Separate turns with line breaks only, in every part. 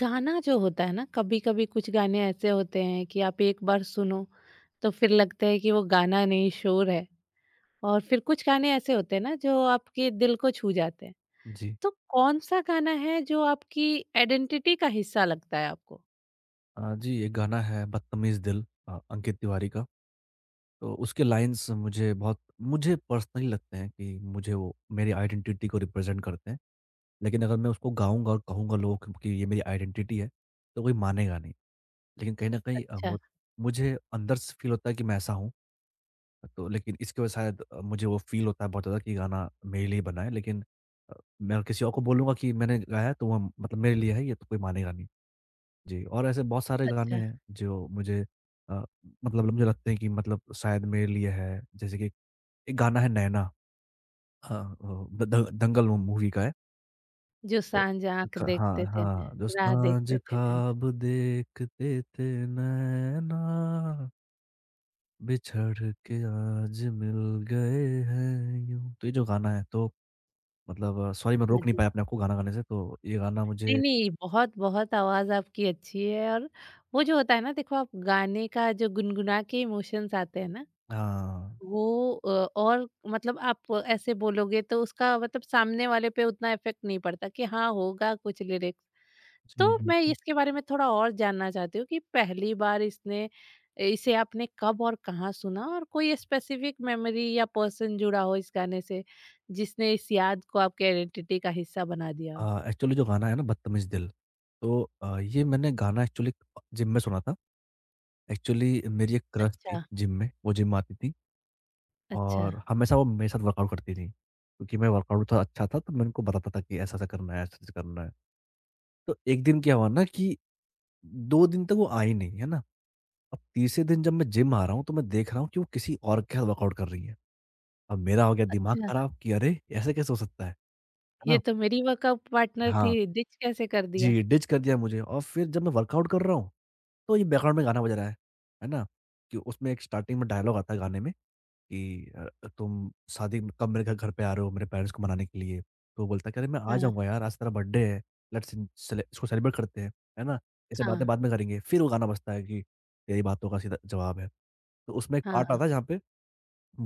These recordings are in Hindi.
गाना जो होता है ना कभी कभी कुछ गाने ऐसे होते हैं कि आप एक बार सुनो तो फिर लगता है कि वो गाना नहीं शोर है। और फिर कुछ गाने ऐसे होते हैं ना जो आपके दिल को छू जाते हैं।
जी।
तो कौन सा गाना है जो आपकी आइडेंटिटी का हिस्सा लगता है आपको?
जी, ये गाना है बदतमीज़ दिल अंकित तिवारी का। तो उसके लाइन्स मुझे पर्सनली लगते हैं कि मुझे वो मेरी आइडेंटिटी को रिप्रेज़ेंट करते हैं। लेकिन अगर मैं उसको गाऊँगा और कहूँगा लोगों को कि ये मेरी आइडेंटिटी है, तो कोई मानेगा नहीं। लेकिन कहीं न कहीं
अच्छा।
वो मुझे अंदर से फ़ील होता है कि मैं ऐसा हूँ। तो लेकिन इसकी वजह से शायद मुझे वो फ़ील होता है बहुत ज़्यादा कि गाना मेरे लिए बना है। लेकिन अ, मैं किसी और को बोलूँगा कि मैंने गाया है तो वो मतलब मेरे लिए है ये तो कोई मानेगा नहीं। जी, और ऐसे बहुत सारे गाने
अच्छा।
हैं जो मुझे अ, मतलब मुझे लगते हैं कि मतलब शायद मेरे लिए है। जैसे कि एक गाना है नैना हाँ, वो द द दंगल मू मूवी का है।
जो सांझ
तो
आंख
ख हाँ,
देखते थे
हाँ, जो
नैना, राह देखते
साँझ
थे नैना।
ख्वाब देखते थे नैना, बिछड़ के आज मिल गए हैं यूँ। तो ये जो गाना है तो मतलब सॉरी मैं
हाँ
रोक नहीं
जी,
पाया अपने आप को गाना गाने से, तो ये गाना
नहीं
मुझे
नहीं, बहुत बहुत आवाज आपकी अच्छी है। और वो जो होता है ना, देखो आप गाने का जो गुनगुना के इमोशंस आते हैं ना,
हाँ।
वो और मतलब आप ऐसे बोलोगे तो उसका मतलब सामने वाले पे उतना इफेक्ट नहीं पड़ता कि हाँ होगा कुछ लिरिक्स।
जी,
तो मैं
जी।
इसके बारे में थोड़ा और जानना चाहती हूँ कि पहली बार इसने इसे आपने कब और कहाँ सुना, और कोई स्पेसिफिक मेमोरी या पर्सन जुड़ा हो इस गाने से जिसने इस याद को आपके आइडेंटिटी का हिस्सा बना दिया हो?
एक्चुअली जो गाना है ना बदतमीज़ दिल, तो ये मैंने गाना एक्चुअली जिम में सुना था। एक्चुअली मेरी एक क्रश थी
अच्छा,
जिम में, वो जिम आती थी
अच्छा,
और हमेशा वो मेरे साथ वर्कआउट करती थी। क्योंकि मैं वर्कआउट थोड़ा अच्छा था तो मैं उनको बताता था कि ऐसा-ऐसा करना है, ऐसे-ऐसे करना है। तो एक दिन क्या हुआ ना कि 2 दिन तक वो आई नहीं, है ना? अब तीसरे दिन जब मैं जिम आ रहा हूँ तो मैं देख रहा हूँ कि वो किसी और के साथ वर्कआउट कर रही है। अब मेरा हो गया दिमाग
अच्छा।
खराब कि अरे! ऐसे कैसे हो सकता है
ये
ना?
तो मेरी वर्कआउट पार्टनर
हाँ।
थी, डिच कैसे कर दिया?
जी, डिच कर दिया मुझे और फिर जब मैं वर्कआउट कर रहा हूँ, तो ये बैकग्राउंड में गाना बज रहा है ना? कि उसमें एक स्टार्टिंग में डायलॉग आता है गाने में कि तुम कब मेरे घर घर पे आ रहे हो मेरे पेरेंट्स को मनाने के लिए? तो वो बोलता है कि अरे मैं आ
हाँ,
जाऊँगा यार, आज तेरा बर्थडे है, लेट्स इन सेले इसको सेलिब्रेट करते हैं, है ना? ये सब
हाँ,
बातें बाद में करेंगे। फिर वो गाना बजता है कि तेरी बातों का सीधा जवाब है। तो उसमें एक पार्ट
हाँ।
आता है जहाँ पे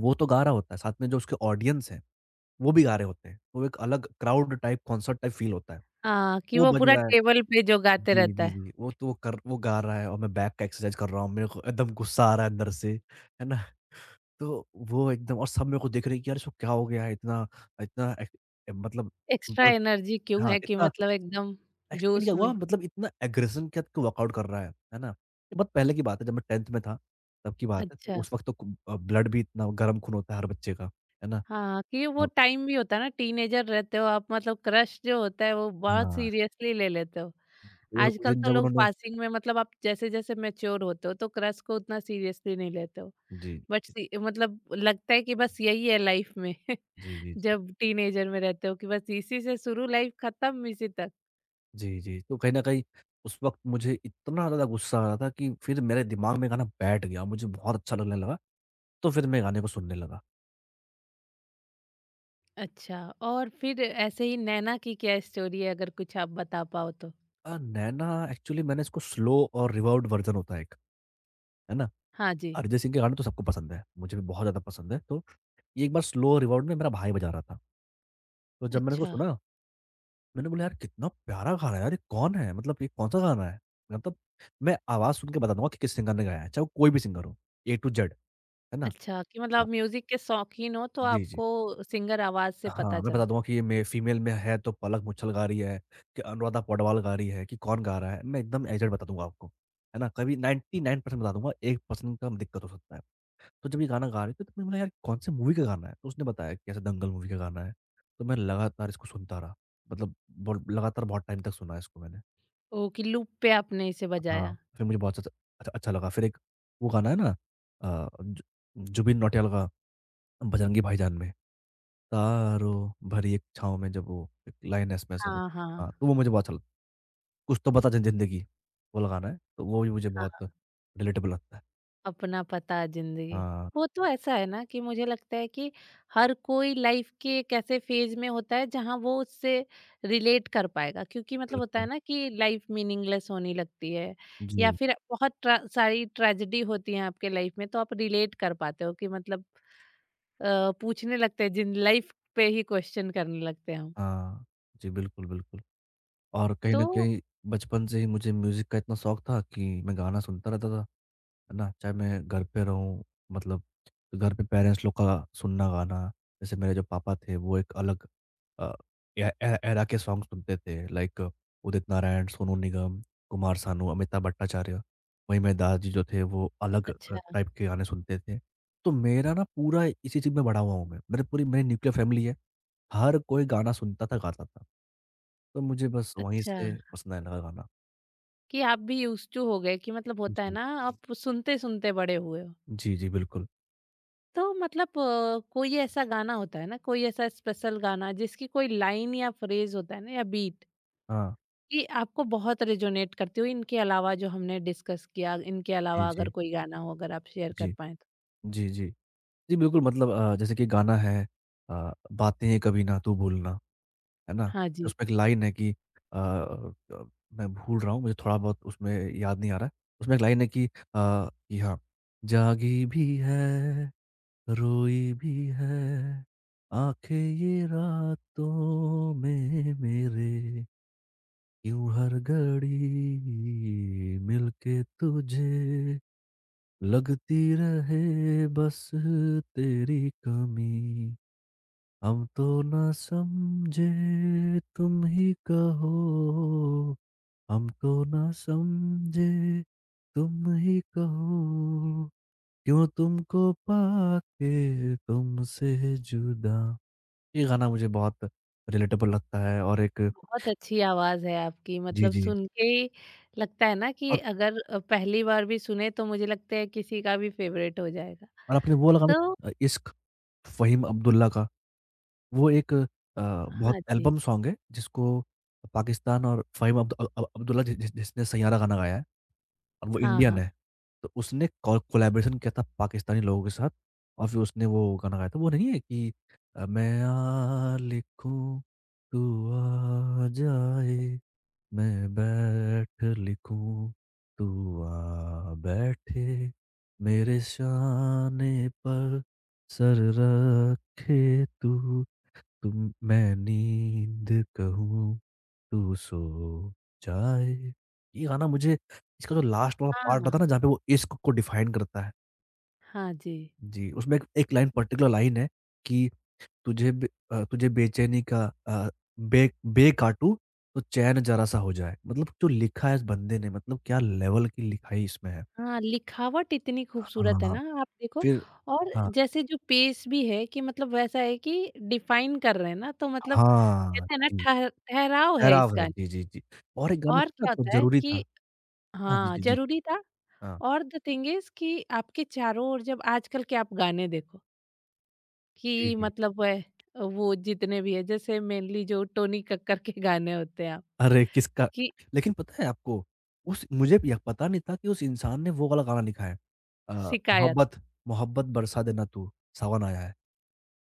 वो तो गा रहा होता है, साथ में जो उसके ऑडियंस है, वो भी गा रहे होते हैं। तो एक अलग crowd type concert type feel होता है।
हाँ, कि
वो
वो
बज
पूरा
रहा है।
टेबल पे जो गाते
जी,
रहता
जी,
है।
जी। वो तो वो कर वो गा रहा है और मैं बैक का एक्सरसाइज कर रहा हूँ। मेरे को एकदम गुस्सा आ रहा है अंदर से, है ना? तो वो एकदम और सब मेरे को देख रहे हैं कि यार इसको क्या हो गया है इतना इतना एक मतलब
एक्स्ट्रा
ब
एनर्जी क्यों
हाँ,
है कि
इतना
मतलब एकदम
एक्चुअली क्या
जोश
हुआ
में।
मतलब इतना एग्रेशन के साथ वर्कआउट कर रहा है ना? ये बहुत पहले की बात है जब मैं 10th में था, तब की बात है। तो
अच्छा,
उस वक़्त तो ब्लड भी इतना गरम खून होता है हर बच्चे का, है ना?
हाँ, कि वो
अब
टाइम भी होता है ना, टीनेजर रहते हो आप, मतलब क्रश जो होता है वो बहुत
हाँ,
सीरियसली ले लेते हो।
वो उस
आजकल
दिन
तो
जब
लोग
उन्होंने
पासिंग में, मतलब आप जैसे-जैसे मैच्योर होते हो तो क्रश को उतना सीरियसली नहीं लेते हो।
जी,
बट सी मतलब लगता है कि बस यही है लाइफ में
जी, जी, जी।
जब टीनेजर में रहते हो कि बस इसी से शुरू लाइफ खत्म इसी तक।
जी, जी। तो कहीं न कहीं उस वक़्त मुझे इतना ज़्यादा गुस्सा आ रहा था कि फिर मेरे दिमाग में गाना बैठ गया, मुझे बहुत अच्छा लगने लगा, तो फिर मैं गाने को सुनने लगा।
अच्छा, और फिर ऐसे ही नैना की क्या स्टोरी है, अगर कुछ आप बता पाओ तो?
नैना एक्चुअली मैंने इसको स्लो और रिवर्ब्ड वर्ज़न होता है एक, है ना?
हाँ जी।
अरिजीत सिंह के गाने तो सबको पसंद है, मुझे भी बहुत ज़्यादा पसंद है। तो ये एक बार स्लो रिवर्ब्ड में मेरा भाई बजा रहा था, तो जब मैंने इसको
अच्छा,
सुना, मैंने बोला यार कितना प्यारा गाना है यार, ये कौन है? मतलब ये कौन-सा गाना है? मतलब मैं आवाज़ सुन के बता दूँगा कि किस सिंगर ने गाया है, चाहे वो कोई भी सिंगर हो, ए टू जेड, है ना?
अच्छा, कि मतलब
हाँ।
आप म्यूज़िक के शौकीन हो तो
जी, जी।
आपको सिंगर आवाज़ से
हाँ,
पता
मैं बता
चलता है।
दूँगा कि ये मे फीमेल में है तो पलक मुच्छल गा रही है, कि अनुराधा पौडवाल गा रही है, कि कौन गा रहा है। मैं एकदम एग्ज़ैक्ट बता दूँगा आपको, है ना? कभी 99% बता दूँगा, 1% का दिक्कत हो सकता है। तो जब ये गाना गा रहे थे तो मैंने बोला यार कौन से मूवी का गाना है? तो उसने बताया कि ऐसे दंगल मूवी का गाना है। तो मैं लगातार इसको सुनता रहा। मतलब बोल लगातार बहुत टाइम तक सुना इसको मैंने।
ओह! कि लूप पे आपने इसे
हाँ,
बजाया।
फिर मुझे बहुत अच्छा अच्छा अच्छा लगा। फिर एक वो गाना है ना अ, जु जुबिन नौटियाल का बजरंगी भाईजान में। तारों भरी एक छाँव में जब वो एक लाइन है इसमें ऐसा कुछ।
हाँ, हाँ।
हाँ, तो वो मुझे बहुत अच्छा लगता है। कुछ तो बता ज ज़िंदगी वो लगाना है, तो वो भी मुझे बहुत रिलेटेबल लगता है।
अपना पता जिंदगी।
हाँ,
वो तो ऐसा है ना, कि मुझे लगता है कि हर कोई लाइफ के एक ऐसे फेज में होता है जहां वो उससे रिलेट कर पाएगा, क्योंकि मतलब होता है
बिल्कुल।
ना कि लाइफ मीनिंगलेस होने लगती है, या
जी,
फिर सारी ट्रेजेडी होती है आपके लाइफ में तो आप रिलेट कर पाते हो कि मतलब पूछने लगते हैं जिन लाइफ पे ही क्वेश्चन करने लगते हैं हम।
हाँ। जी, बिल्कुल, बिल्कुल। और कहीं न
तो
कहीं बचपन से ही मुझे म्यूज़िक का इतना शौक था कि मैं गाना सुनता रहता था, है ना? चाहे मैं घर पे रहूँ मतलब घर पे पेरेंट्स लोग का सुनना गाना, जैसे मेरे जो पापा थे वो एक अलग अ, ए ए एरा के सॉन्ग सुनते थे लाइक उदित नारायण, सोनू निगम, कुमार सानू, अमिताभ भट्टाचार्य। वहीं मेरे दादाजी जो थे वो अलग
अच्छा,
टाइप के गाने सुनते थे। तो मेरा ना पूरा इसी चीज़ में बड़ा हुआ हूँ मैं। मेरे पूरी मेरी न्यूक्लियर फैमिली है। हर कोई गाना सुनता था, गाता था। तो मुझे बस वहीं
अच्छा,
से पसंद आने लगा गाना।
कि आप भी यूज टू हो गए, कि मतलब होता है
जी।
ना, आप सुनते सुनते बड़े हुए हो।
जी, जी, बिल्कुल।
तो मतलब कोई ऐसा गाना होता है ना, कोई ऐसा स्पेशल गाना जिसकी कोई लाइन या फ्रेज होता है ना या बीट,
हाँ।
कि आपको बहुत रेजोनेट करती हो, इनके अलावा जो हमने डिस्कस किया, इनके
जी,
अलावा अगर
जी।
कोई गाना हो अगर आप शेयर कर
जी।
पाए तो।
जी, जी। जी, बिल्कुल मतलब जैसे कि गाना है बातें कभी ना तू भूलना। है ना?
हाँ जी,
उसमें एक लाइन है कि अ अ, मैं भूल रहा हूँ, मुझे थोड़ा बहुत उसमें याद नहीं आ रहा है। उसमें एक लाइन है कि हाँ, जागी भी है, रोई भी है, आँखें ये रातों में मेरे, क्यों हर घड़ी मिलके तुझे लगती रहे बस तेरी कमी। हम तो ना समझे तुम ही कहो हम तो ना समझे तुम ही कहो क्यों तुमको पाके तुमसे जुदा ये गाना मुझे बहुत रिलेटेबल लगता है और एक
बहुत अच्छी आवाज है आपकी,
जी,
मतलब
जी।
सुन के ही लगता है ना कि
और
अगर पहली बार भी सुने तो मुझे लगता है किसी का भी फेवरेट हो जाएगा।
और आपने वो वाला गाना
तो
इश्क फ़हीम अब्दुल्ला का वो एक बहुत
हाँ जी।
एल्बम सॉन्ग है जिसको पाकिस्तान और फ़हीम अब्दुल्ला जि जि जिसने सैयारा गाना गाया है। और वो
हाँ
इंडियन
हाँ,
है। तो उसने कोलैबोरेशन किया था पाकिस्तानी लोगों के साथ और फिर उसने वो गाना गाया था। वो नहीं है कि मैं आ लिखूँ, तू आ जाए, मैं बैठ लिखूँ, तू आ बैठे, मेरे शाने पर सर रखे तू, तुम मैं नींद कहूँ। तू सो जाए। ये गाना मुझे इसका जो लास्ट वाला
हाँ।
पार्ट आता है ना जहाँ पे वो इश्क को डिफाइन करता है।
हाँ जी।
जी, उसमें एक एक लाइन पर्टिकुलर लाइन है कि तुझे बेचैनी का अ, बे बे काटूँ तो चैन ज़रा-सा हो जाए। मतलब जो लिखा है इस बंदे ने मतलब क्या लेवल की लिखाई इसमें है।
हाँ, लिखावट इतनी खूबसूरत है
हाँ,
ना, आप देखो।
फिर
और
हाँ,
जैसे जो पेस भी है, कि मतलब वैसा है कि डिफाइन कर रहे हैं ना, तो मतलब
हाँ,
कहते हैं ना,
जी,
ठहराव है इस
पेहराव है।
गाने
जी,
में।
जी, जी। और एक गाना
और
पता है
क्या
आपको
होता है
ज़रूरी
कि
था। हाँ, जी,
हाँ,
जी, जी।
ज़रूरी था।
हाँ,
और द थिंग इज़ कि आपके चारों ओर जब आजकल के आप गाने देखो,
जी,
कि
जी।
मतलब वह वो जितने भी है, जैसे मेनली जो टोनी कक्कर के गाने होते हैं आप,
अरे! किसका
कि
लेकिन पता है आपको, उस मुझे भी पता नहीं था कि उस इंसान ने वो वाला गाना लिखा है
शिकायत।
मोहब्बत मोहब्बत बरसा देना तू, सावन आया है।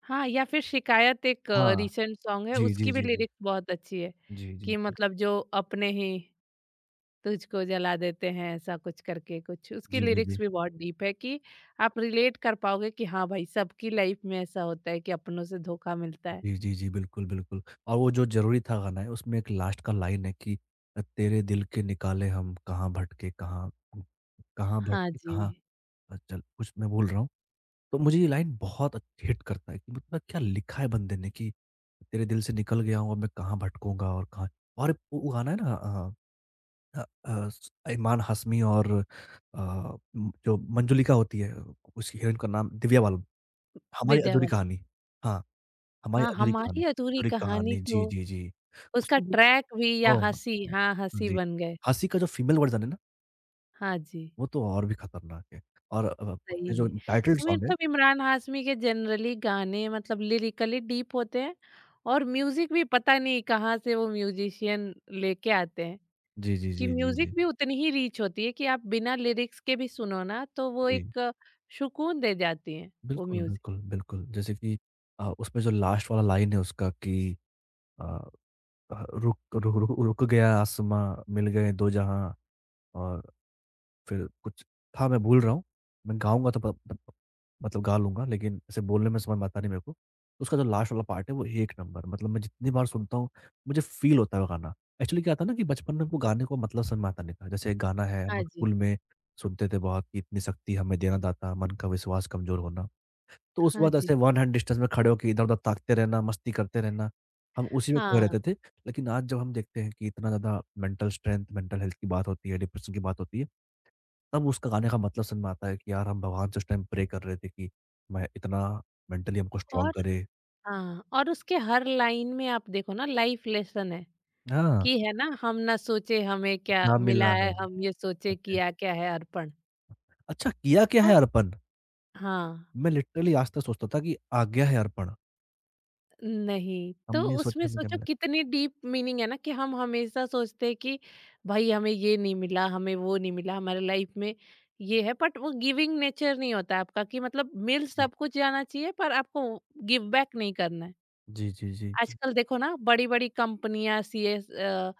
हाँ, या फिर शिकायत एक
हाँ।
रीसेंट सॉन्ग है,
जी, जी,
उसकी भी
जी, जी।
लिरिक्स बहुत अच्छी है,
जी, जी,
कि
जी।
मतलब जो अपने ही तुझको जला देते हैं ऐसा कुछ करके कुछ, उसकी
जी, जी, जी।
लिरिक्स भी बहुत डीप है कि आप रिलेट कर पाओगे कि हाँ भाई, सबकी लाइफ में ऐसा होता है कि अपनों से धोखा मिलता है।
जी, जी, जी, बिल्कुल, बिल्कुल और वो जो ज़रूरी था गाना है, उसमें एक लास्ट का लाइन है कि तेरे दिल के निकाले हम कहाँ
हाँ
भटके
जी,
कहाँ चल कुछ मैं बोल रहा हूँ। तो मुझे ये लाइन बहुत हिट करता है कि मतलब क्या लिखा है बंदे ने कि तेरे दिल से निकल गया हूँ, अब मैं कहाँ भटकूँगा और कहाँ और वो गाना है ना अ अ अ, स इमान हाशमी और जो मंजुलिका होती है, उसकी हीरोइन का नाम दिव्या बालन। हमारी
विद्या
अधूरी
बालन।
कहानी। हाँ, हमारी
हाँ,
अधूरी कहानी,
हमारी अधूरी
अधूरी
कहानी,
कहानी। जी,
तो
जी, जी।
उसका
उसमें जो
ट्रैक भी या
ओह!
हँसी, हाँ, हँसी
जी।
बन गए।
हँसी का जो फीमेल वर्ज़न है ना,
हाँ जी।
वो तो और भी खतरनाक है। और
सही
उसमें जो
में।
टाइटल सॉन्ग है
मतलब इमरान हाशमी के जनरली गाने मतलब लिरिकली डीप होते हैं, और म्यूजिक भी पता नहीं कहाँ से वो म्यूजिशियन लेके आते हैं,
जी, जी,
कि
जी, जी,
म्यूजिक
जी।
भी उतनी ही रीच होती है कि आप बिना लिरिक्स के भी सुनो ना तो वो
जी,
एक सुकून दे जाती है वो
बिल्कुल,
म्यूजिक।
बिल्कुल, बिल्कुल। जैसे कि उसमें जो लास्ट वाला लाइन है उसका कि अ रुक रु रु रुक गया आसमाँ, मिल गए दो जहाँ और फिर कुछ था मैं भूल रहा हूँ। मैं गाऊँगा तो प प मतलब गा लूँगा, लेकिन ऐसे बोलने में समझ में आता नहीं मेरे को। उसका जो लास्ट वाला पार्ट है वो एक नंबर मतलब मैं जितनी बार सुनता हूँ, मुझे फ़ील होता है वो गाना। एक्चुअली क्या था ना कि बचपन में हमको गाने को मतलब समझ में आता नहीं था। जैसे एक गाना है
हाँ
हम
जी,
स्कूल में सुनते थे बहुत कि इतनी शक्ति हमें देना दाता, मन का विश्वास कमज़ोर होना। तो उस
हाँ
वक़्त
जी।
ऐसे वन हैंड डिस्टेंस में खड़े होके इधर-उधर ताकते रहना, मस्ती करते रहना, हम उसी में खोए
हाँ,
रहते थे। लेकिन आज जब हम देखते हैं कि इतना ज़्यादा मेंटल स्ट्रेंथ, मेंटल हेल्थ की बात होती है, डिप्रेशन की बात होती है, तब उसका गाने का मतलब समझ में आता है कि यार हम भगवान से उस टाइम प्रे कर रहे थे कि मैं इतना मेंटली हमको स्ट्रॉन्ग
और
करे
हाँ, और उसके हर लाइन में आप देखो ना, लाइफ लेसन है
हाँ,
कि है ना, हम ना सोचे हमें क्या
क्या
मिला
मिला
है,
है?
हम ये सोचे
अच्छा,
किया क्या है अर्पण।
अच्छा किया क्या है
तो
अर्पण?
हाँ।
मैं लिटरली आज तक सोचता था कि आ गया है अर्पण,
नहीं, तो
हमने सोचा
उसमें
हमें क्या
सोचो
मिला?
कितनी डीप मीनिंग है ना, कि हम हमेशा सोचते हैं कि भाई हमें ये नहीं मिला, हमें वो नहीं मिला, हमारे लाइफ में ये है, बट वो गिविंग नेचर नहीं होता है आपका, कि मतलब मिल
जी।
सब कुछ जाना चाहिए पर आपको गिव बैक नहीं करना है।
जी, जी, जी, जी।
आजकल देखो ना, बड़ी-बड़ी कंपनियाँ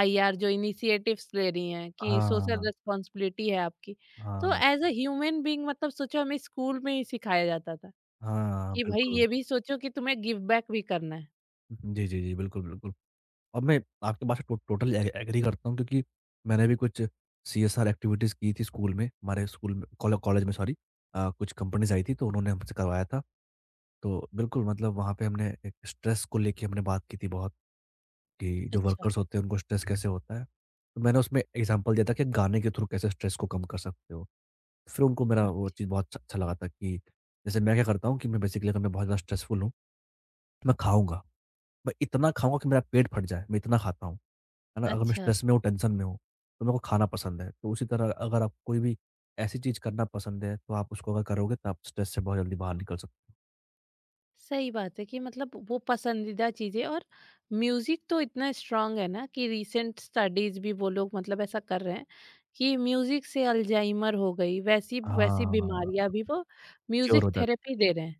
आईआर जो इनिशिएटिव्स ले रही हैं, कि
हाँ,
सोशल रिस्पॉन्सिबिलिटी है आपकी। तो
हाँ,
एज़ अ ह्यूमन बीइंग, मतलब सोचो हमें स्कूल में ही सिखाया जाता था
हाँ,
कि भाई
बिल्कुल।
ये भी सोचो कि तुम्हें गिव बैक भी करना है।
जी, जी, जी। बिल्कुल, बिल्कुल। और मैं आपकी बात से टो टोटली ए एग्री करता हूँ क्योंकि मैंने भी कुछ सीएसआर एक्टिविटीज़ की थी स्कूल में, हमारे स्कूल में कॉलेज में सॉरी कुछ कंपनीज़ आई थी तो उन्होंने हमसे करवाया था। तो बिल्कुल मतलब वहाँ पे हमने एक स्ट्रेस को लेके हमने बात की थी बहुत कि जो
अच्छा।
वर्कर्स होते हैं उनको स्ट्रेस कैसे होता है। तो मैंने उसमें एग्ज़ाम्पल दिया था कि गाने के थ्रू कैसे स्ट्रेस को कम कर सकते हो। फिर उनको मेरा वो चीज़ बहुत अच्छा अच्छा लगा था कि जैसे मैं क्या करता हूँ कि मैं बेसिकली अगर मैं बहुत ज़्यादा स्ट्रेसफुल हूँ, तो मैं खाऊँगा। मैं इतना खाऊँगा कि मेरा पेट फट जाए, मैं इतना खाता हूँ। है ना? अगर मैं
अच्छा,
स्ट्रेस में हूँ, टेंशन में हूँ, तो मेरे को खाना पसंद है। तो उसी तरह अगर आप कोई भी ऐसी चीज़ करना पसंद है, तो आप उसको अगर करोगे तो आप स्ट्रेस से बहुत जल्दी बाहर निकल सकते हो।
सही बात है, कि मतलब वो पसंदीदा चीज़ें और म्यूज़िक तो इतना स्ट्रांग है ना कि रीसेंट स्टडीज भी वो लोग मतलब ऐसा कर रहे हैं, कि म्यूज़िक से अल्जाइमर हो गई वैसी वैसी बीमारियां
हाँ,
भी वो
क्योर
म्यूज़िक
हो जाता
थेरेपी दे रहे हैं,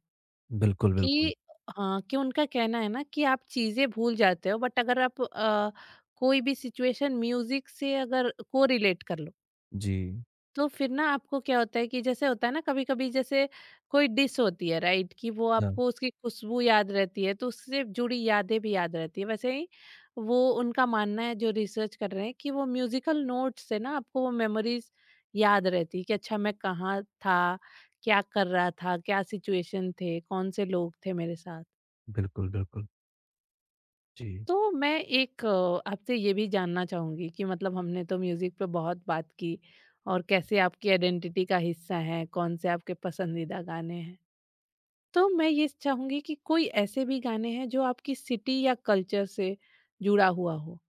बिल्कुल, बिल्कुल।
कि हाँ, कि उनका कहना है ना कि आप चीज़ें भूल जाते हो, बट अगर आप कोई भी सिचुएशन म्यूज़िक से अगर को रिलेट कर लो,
जी,
तो फिर ना आपको क्या होता है कि जैसे होता है ना कभी-कभी, जैसे कोई डिश होती है राइट, कि वो
हाँ,
आपको उसकी खुशबू याद रहती है तो उससे जुड़ी यादें भी याद रहती है। वैसे ही वो उनका मानना है जो रिसर्च कर रहे हैं, कि वो म्यूजिकल नोट्स से ना आपको वो मेमोरीज याद रहती है कि अच्छा मैं कहाँ था, क्या कर रहा था, क्या सिचुएशन थे, कौन से लोग थे मेरे साथ।
बिल्कुल, बिल्कुल। जी।
तो मैं एक आपसे ये भी जानना चाहूँगी कि मतलब हमने तो म्यूज़िक पे बहुत बात की, और कैसे आपकी आइडेंटिटी का हिस्सा है, कौन से आपके पसंदीदा गाने हैं। तो मैं ये चाहूँगी कि कोई ऐसे भी गाने हैं जो आपकी सिटी या कल्चर से जुड़ा हुआ हो?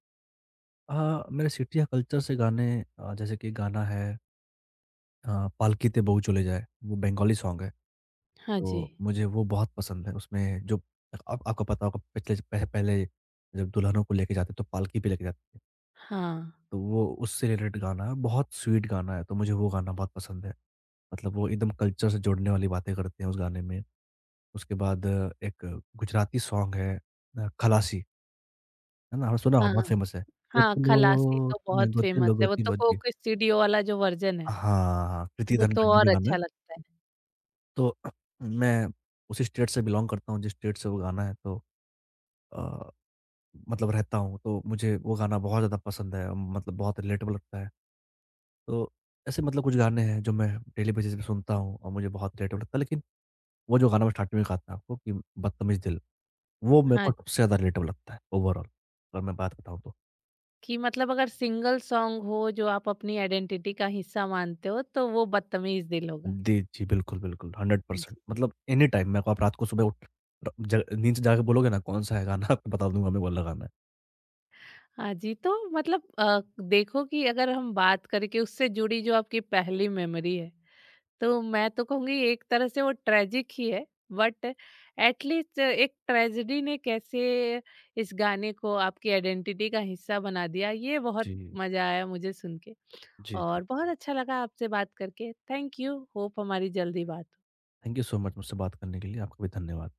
हाँ, मेरे सिटी या कल्चर से गाने जैसे कि गाना है पालकी ते बहू चले जाए, वो बंगाली सॉन्ग है,
हाँ
तो
जी।
मुझे वो बहुत पसंद है। उसमें जो आप आपको पता होगा पिछले ज पह पहले जब दुल्हनों को लेके जाते, तो पालकी पे लेके जाते थे।
हाँ।
तो वो उससे रिलेटेड गाना है, बहुत स्वीट गाना है, तो मुझे वो गाना बहुत पसंद है। मतलब वो एकदम कल्चर से जुड़ने वाली बातें करते हैं उस गाने में। उसके बाद एक गुजराती सॉन्ग है खलासी, है ना? आपने सुना होगा
हाँ,
बहुत फेमस है।
हाँ, खलासी
गोतीलो
तो
तुम्हें
बहुत फेमस
गोतीलो
है, वो तो
गोतीलो जी।
कोक स्टूडियो वाला जो वर्जन है,
हाँ, कृति
वो
धन
तो और
गड्डी का गाना
अच्छा
है।
लगता है।
तो मैं उसी स्टेट से बिलॉन्ग करता हूँ जिस स्टेट से वो गाना है तो अ, मतलब रहता हूँ, तो मुझे वो गाना बहुत ज़्यादा पसंद है, मतलब बहुत रिलेटेबल लगता है। तो ऐसे मतलब कुछ गाने हैं जो मैं डेली बेसिस पे सुनता हूँ और मुझे बहुत रिलेटेबल लगता है लेकिन वो जो गाना मैं स्टार्टिंग में कहा था आपको कि बदतमीज दिल, वो मेरे
हाँ,
को सबसे ज़्यादा रिलेटेबल लगता है ओवरऑल अगर मैं बात बताऊँ तो।
कि मतलब अगर सिंगल सॉन्ग हो जो आप अपनी आइडेंटिटी का हिस्सा मानते हो तो वो बदतमीज दिल होगा।
जी, जी। बिल्कुल, बिल्कुल 100%
जी।
मतलब एनी टाइम मेरे को आप रात को सुबह उठ र ज नींद से जाके बोलोगे ना कौन-सा है गाना आपको बता दूँगा मैं वो वाला गाना है।
हाँ जी, तो मतलब देखो कि अगर हम बात करें कि उससे जुड़ी जो आपकी पहली मेमोरी है, तो मैं तो कहूँगी एक तरह से वो ट्रेजिक ही है, बट एट लीस्ट एक ट्रेजेडी ने कैसे इस गाने को आपकी आइडेंटिटी का हिस्सा बना दिया, ये बहुत
जी।
मज़ा आया मुझे सुन के,
जी, जी।
और बहुत अच्छा लगा आपसे बात करके। थैंक यू, होप हमारी जल्दी बात हो।
थैंक यू सो मच मुझसे बात करने के लिए, आपका भी धन्यवाद।